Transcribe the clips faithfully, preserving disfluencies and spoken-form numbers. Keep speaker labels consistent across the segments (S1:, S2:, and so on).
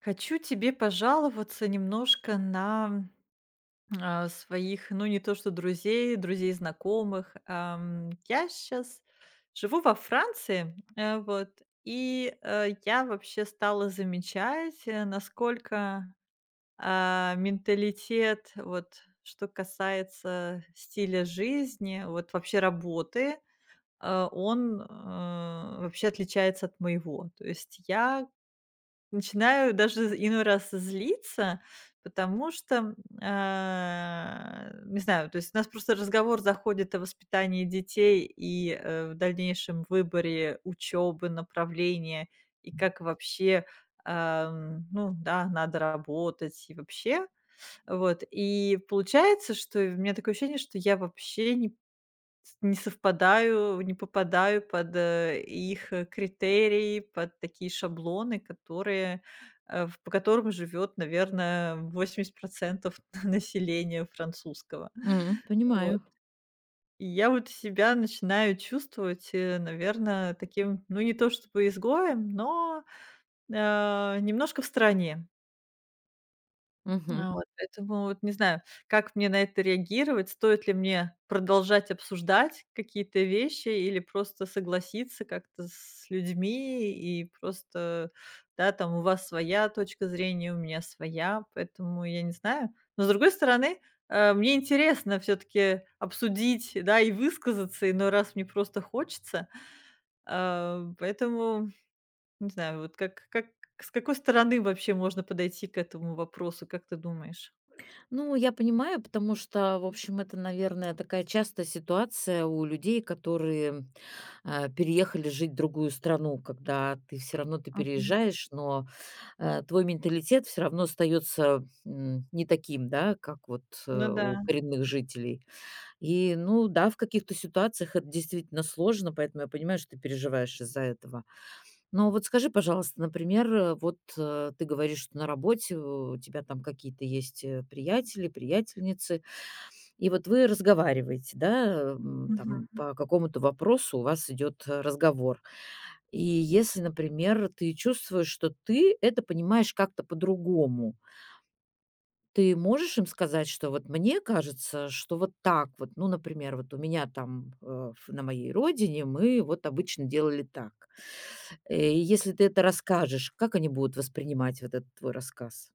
S1: Хочу тебе пожаловаться немножко на, а, своих, ну, не то что друзей, друзей знакомых. Ам, я сейчас живу во Франции, э, вот, и, э, я вообще стала замечать, э, насколько, а, менталитет, вот что касается стиля жизни, вот вообще работы, э, он, э, вообще отличается от моего. То есть я Начинаю даже иной раз злиться, потому что, а, не знаю, то есть у нас просто разговор заходит о воспитании детей и, э, в дальнейшем выборе учебы, направления, и как вообще, ам, ну да, надо работать и вообще. Вот, и получается, что у меня такое ощущение, что я вообще не с не совпадаю, не попадаю под, э, их, э, критерии, под такие шаблоны, которые, э, в по которым живет, наверное, восемьдесят процентов населения французского.
S2: М,
S1: Вот.
S2: понимаю.
S1: И я вот себя начинаю чувствовать, э, наверное, таким, ну, не то чтобы изгоем, но, э, немножко в стороне.
S2: Мгм.
S1: А, вот поэтому вот не знаю, как мне на это реагировать. Стоит ли мне продолжать обсуждать какие-то вещи или просто согласиться как-то с людьми и просто, да, там у вас своя точка зрения, у меня своя, поэтому я не знаю. Но с другой стороны, э, мне интересно все-таки обсудить, да, и высказаться, иной раз мне просто хочется. А, поэтому, не знаю, вот как, как, с какой стороны вообще можно подойти к этому вопросу, как ты думаешь?
S2: Ну, я понимаю, потому что, в общем, это, наверное, такая частая ситуация у людей, которые а, переехали жить в другую страну, когда ты все равно ты
S1: Мгм.
S2: переезжаешь, но э, твой менталитет все равно остается м, не таким, да, как вот
S1: Ну
S2: э,
S1: да.
S2: у коренных жителей. И, ну, да, в каких-то ситуациях это действительно сложно, поэтому я понимаю, что ты переживаешь из-за этого. Но вот скажи, пожалуйста, например, э, вот, э, ты говоришь, что на работе у тебя там какие-то есть, э, приятели, приятельницы, и вот вы разговариваете, да, м,
S1: Мгм.
S2: там по какому-то вопросу у вас идет, э, разговор. И если, например, ты чувствуешь, что ты это понимаешь как-то по-другому, ты можешь им сказать, что вот мне кажется, что вот так вот, ну, например, вот у меня там, э, ф на моей родине мы вот обычно делали так. Э, если ты это расскажешь, как они будут воспринимать вот этот твой рассказ?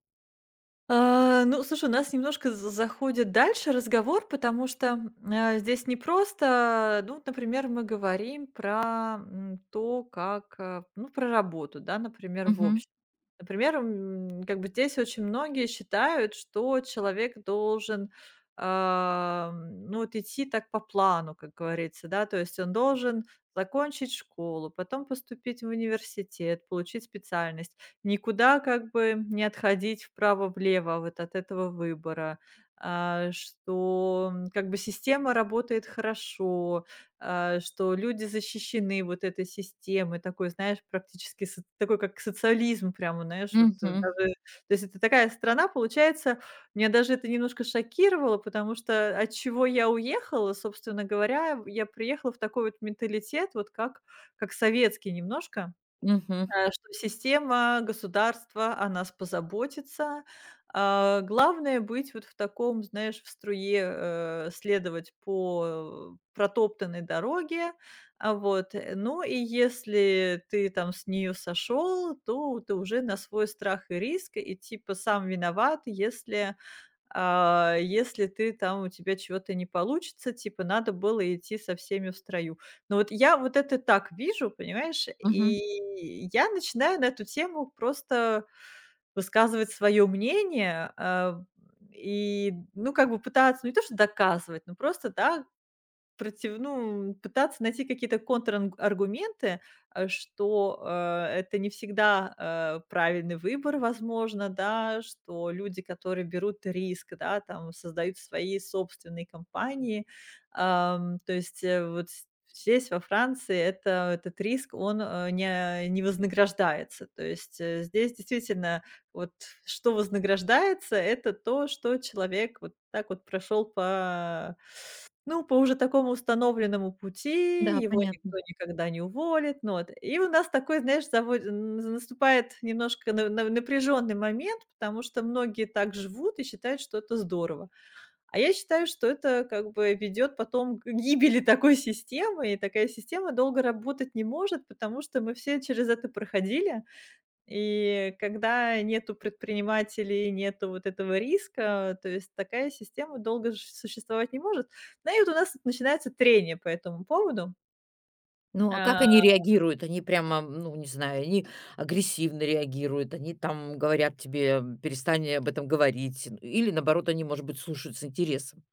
S1: А, ну, слушай, у нас немножко з заходит дальше разговор, потому что, а, здесь не просто, ну, вот, например, мы говорим про, м, то, как, а, ну, про работу, да, например, в
S2: Мгм.
S1: общем. Например, м, как бы здесь очень многие считают, что человек должен, ам, ну, вот идти так по плану, как говорится, да. То есть он должен закончить школу, потом поступить в университет, получить специальность. Никуда как бы не отходить вправо-влево вот от этого выбора. А, что, м, как бы система работает хорошо, а, что люди защищены вот этой системой, такой, знаешь, практически со такой, как социализм прямо, знаешь, вот, э,
S2: Мгм.
S1: даже. То есть это такая страна, получается, меня даже это немножко шокировало, потому что от чего я уехала, собственно говоря, я приехала в такой вот менталитет, вот как как советский немножко.
S2: Мгм.
S1: Э, что система, государство о нас позаботится. А, главное быть вот в таком, знаешь, в струе, э, следовать по протоптанной дороге. А, вот, э, ну и если ты там с нее сошел, то ты уже на свой страх и риск, и типа сам виноват, если а, если ты там у тебя чего-то не получится, типа надо было идти со всеми в строю. Но вот я вот это так вижу, понимаешь,
S2: Мгм.
S1: и я начинаю на эту тему просто высказывать свое мнение, а, и, ну, как бы пытаться ну, не то, что доказывать, но просто, да, Против ну, пытаться найти какие-то контранг э, что, э, это не всегда, э, правильный выбор, возможно, да, что люди, которые берут риск, да, там, создают свои собственные компании. Ам, то есть, э, вот с здесь, во Франции, это этот риск, он, э, не не вознаграждается. То есть, э, здесь действительно вот что вознаграждается- это то, что человек вот так вот прошел по ну, по уже такому установленному пути,
S2: Да,
S1: его
S2: понятно.
S1: никто никогда не уволит. Ну вот. И у нас такой, знаешь, завод н наступает немножко напряженный момент, потому что многие так живут и считают, что это здорово. А я считаю, что это как бы ведет потом к гибели такой системы, и такая система долго работать не может, потому что мы все через это проходили. И когда нету предпринимателей, нету вот этого риска, то есть такая система долго ж существовать не может. Ну и вот у нас начинается трение по этому поводу.
S2: Ну, а как
S1: А
S2: они реагируют? Они прямо, ну, не знаю, они агрессивно реагируют, они там говорят тебе: "Перестань об этом говорить". Или наоборот, они, может быть, слушают с интересом?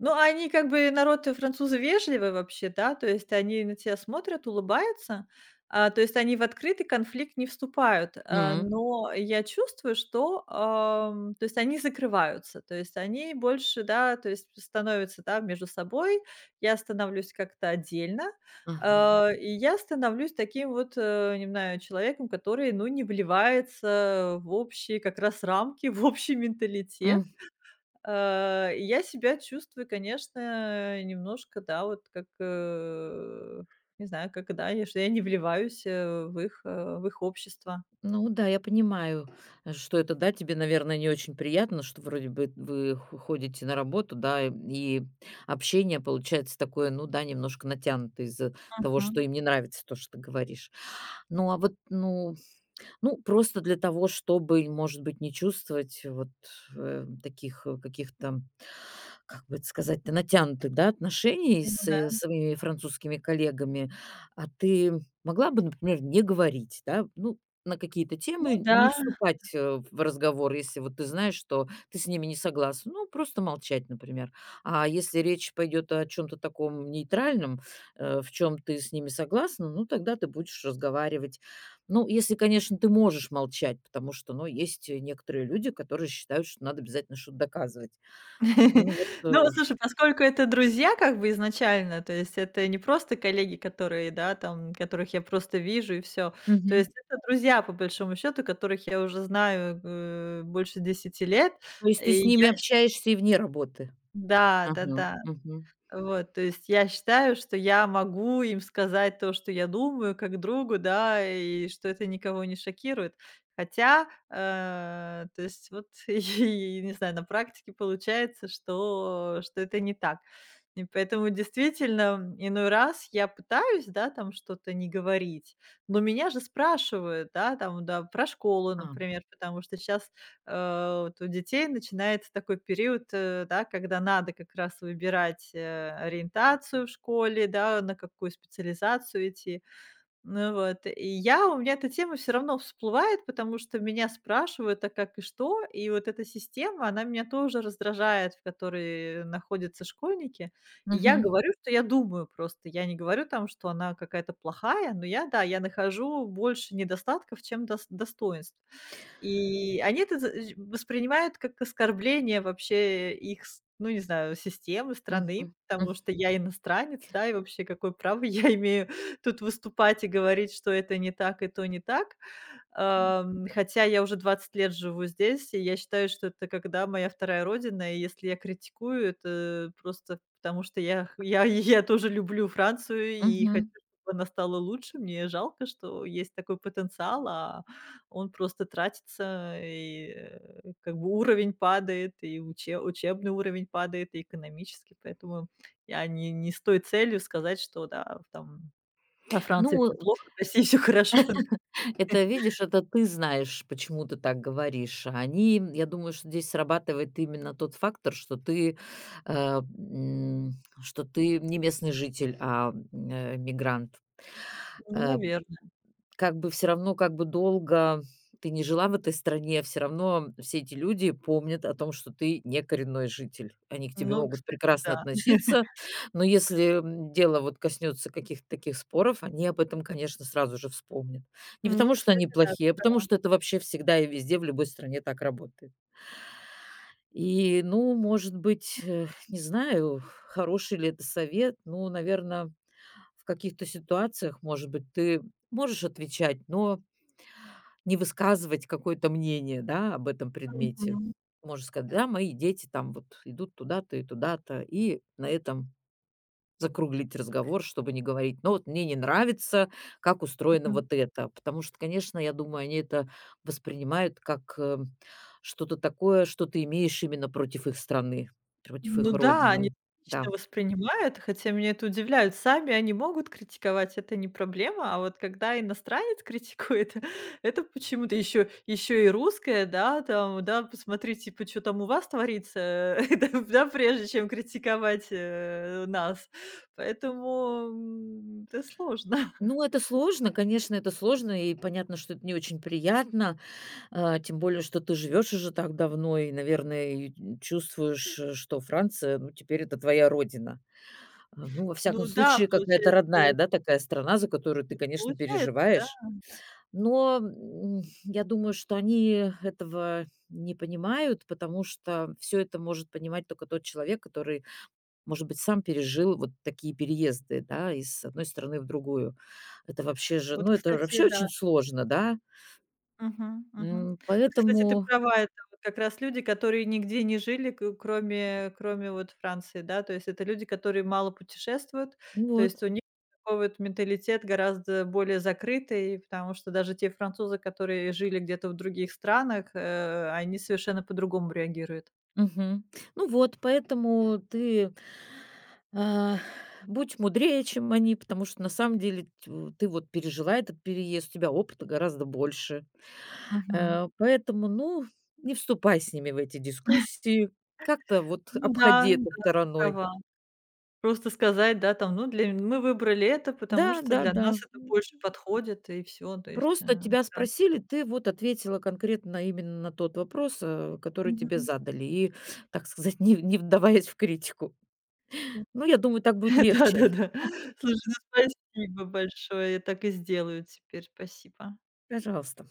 S1: Ну, а они как бы народ, э, французы вежливый вообще, да, то есть они на тебя смотрят, улыбаются, а, то есть они в открытый конфликт не вступают, а,
S2: М.
S1: но я чувствую, что, ам, то есть они закрываются, то есть они больше, да, то есть становятся, да, между собой, я становлюсь как-то отдельно,
S2: Ага.
S1: а, и я становлюсь таким вот, э, не знаю, человеком, который, ну, не вливается в общие как раз рамки, в общий менталитет. Э, и я себя чувствую, конечно, немножко, да, вот как, э, не знаю, как, да, я что я не вливаюсь, э, в их, э, в их общество.
S2: Ну да, я понимаю, э, что это, да, тебе, наверное, не очень приятно, что вроде бы вы хо- ходите на работу, да, и общение получается такое, ну да, немножко натянутое из-за того, что
S1: Мгм.
S2: им не нравится то, что ты говоришь. Ну а вот, ну, ну просто для того, чтобы, может быть, не чувствовать вот э, таких э, каких-то как бы это сказать-то, натянутых, да, отношений
S1: Ну
S2: с,
S1: да.
S2: э, своими французскими коллегами, а ты могла бы, например, не говорить, да, ну, на какие-то
S1: Ну
S2: темы не
S1: да.
S2: вступать, э, в разговор, если вот ты знаешь, что ты с ними не согласна. Ну, просто молчать, например. А если речь пойдет о чем то таком нейтральном, э, в чем ты с ними согласна, ну, тогда ты будешь разговаривать. Ну, если, конечно, ты можешь молчать, потому что, ну, есть, э, некоторые люди, которые считают, что надо обязательно что-то доказывать. Ну вот,
S1: Ну,
S2: э
S1: слушай, поскольку это друзья как бы изначально, то есть это не просто коллеги, которые, да, там, которых я просто вижу и все. То
S2: Мгм.
S1: есть это друзья, по большому счету, которых я уже знаю, э, больше десяти лет.
S2: То есть ты
S1: И
S2: с
S1: я
S2: ними общаешься и вне работы?
S1: Да,
S2: Мгм,
S1: да-да.
S2: мгм.
S1: Вот, то есть я считаю, что я могу им сказать то, что я думаю, как другу, да, и что это никого не шокирует. Хотя, э, то есть вот, и не знаю, на практике получается, что, что это не так. И поэтому действительно иной раз я пытаюсь, да, там что-то не говорить, но меня же спрашивают, да, там, да, про школу,
S2: А,
S1: например, потому что сейчас э, вот у детей начинается такой период, э, да, когда надо как раз выбирать, э, ориентацию в школе, да, на какую специализацию идти. Ну вот, и я у меня эта тема все равно всплывает, потому что меня спрашивают: "А как и что?" И вот эта система, она меня тоже раздражает, в которой находятся школьники. И я
S2: мгм,
S1: говорю, что я думаю просто. Я не говорю там, что она какая-то плохая, но я, да, я нахожу больше недостатков, чем дос достоинств. И они это за э, воспринимают как оскорбление вообще их с ну, не знаю, системы,
S2: мгм,
S1: страны,
S2: мгм,
S1: потому что я иностранец, да, и вообще какое право я имею тут выступать и говорить, что это не так и то не так. Ам, хотя я уже двадцать лет живу здесь, и я считаю, что это когда моя вторая родина, и если я критикую, это просто потому, что я х я я тоже люблю Францию и хочу,
S2: мгм.
S1: чтобы она стала лучше. Мне жалко, что есть такой потенциал, а он просто тратится, и, э, как бы уровень падает, и уче учебный уровень падает, и экономический. Поэтому я не не с той целью сказать, что да, там во Франции
S2: Ну,
S1: все плохо, в России все хорошо.
S2: это, видишь, это ты знаешь, почему ты так говоришь. А они, я думаю, что здесь срабатывает именно тот фактор, что ты, э, м, что ты не местный житель, а, м, э, мигрант.
S1: Ну,
S2: Э
S1: наверное.
S2: Как бы все равно, как бы долго ты не жила в этой стране, все равно все эти люди помнят о том, что ты не коренной житель. Они к тебе
S1: Ну,
S2: могут
S1: кстати,
S2: прекрасно
S1: да.
S2: относиться, но если, м, дело вот коснется каких-то таких споров, они об этом, конечно, сразу же вспомнят. Не
S1: Ну,
S2: потому, что они
S1: кстати, да.
S2: плохие, а потому, что это вообще всегда и везде, в любой стране так работает. И, ну, может быть, э, не знаю, хороший ли это совет. Ну, наверное в каких-то ситуациях, может быть, ты можешь отвечать, но не высказывать какое-то мнение, да, об этом предмете. Можно сказать: "Да, мои дети там вот идут туда-то и туда-то". И на этом закруглить разговор, чтобы не говорить: "Ну, вот мне не нравится, как устроено
S1: Мгм.
S2: вот это". Потому что, конечно, я думаю, они это воспринимают как, э, что-то такое, что ты имеешь именно против их страны, против
S1: Ну
S2: их
S1: да, они
S2: родины.
S1: лично
S2: Да.
S1: воспринимают, хотя меня это удивляет. Сами они могут критиковать, это не проблема, а вот когда иностранец критикует, это почему-то еще еще и русская, да, там, да, посмотрите, типа, что там у вас творится, да, да, прежде чем критиковать, э, нас. Поэтому, м, это сложно.
S2: Ну, это сложно, конечно, это сложно, и понятно, что это не очень приятно. А, тем более, что ты живешь уже так давно и, наверное, и чувствуешь, э, что Франция, ну, теперь это твоя родина. А, ну, во всяком
S1: Ну да,
S2: случае, какая-то родная,
S1: получается,
S2: да, такая страна, за которую ты, конечно,
S1: получается, да.
S2: переживаешь. Но, м, я думаю, что они этого не понимают, потому что все это может понимать только тот человек, который, может быть, сам пережил вот такие переезды, да, из одной страны в другую. Это вообще же, ну,
S1: Вот,
S2: это
S1: кстати,
S2: вообще
S1: да.
S2: очень сложно, да.
S1: Мгм, мгм.
S2: М,
S1: Вот, кстати, ты
S2: поэтому
S1: права, это вот как раз люди, которые нигде не жили, к кроме кроме вот Франции, да. То есть это люди, которые мало путешествуют,
S2: ну,
S1: то есть
S2: вот.
S1: у них такой вот менталитет гораздо более закрытый, потому что даже те французы, которые жили где-то в других странах, э, они совершенно по-другому реагируют.
S2: Мгм. Ну вот, поэтому ты, а, будь мудрее, чем они, потому что на самом деле тю ты вот пережила этот переезд, у тебя опыта гораздо больше.
S1: Мгм.
S2: Э, поэтому, ну, не вступай с ними в эти дискуссии, как-то вот
S1: Ну да,
S2: обходи
S1: да,
S2: это
S1: ты
S2: стороной.
S1: права. Просто сказать, да, там: "Ну, для м- мы выбрали это, потому
S2: Да,
S1: что
S2: да,
S1: для
S2: да.
S1: нас это
S2: М,
S1: больше подходит", и все. То есть, э,
S2: просто тебя
S1: да.
S2: спросили, ты вот ответила конкретно именно на тот вопрос, э, который тебе задали, и, так сказать, не не вдаваясь в критику.
S1: Мгм.
S2: Ну, я думаю, так будет легче.
S1: Да-да-да. Слушай, ну спасибо большое. Я так и сделаю теперь. Спасибо.
S2: Пожалуйста.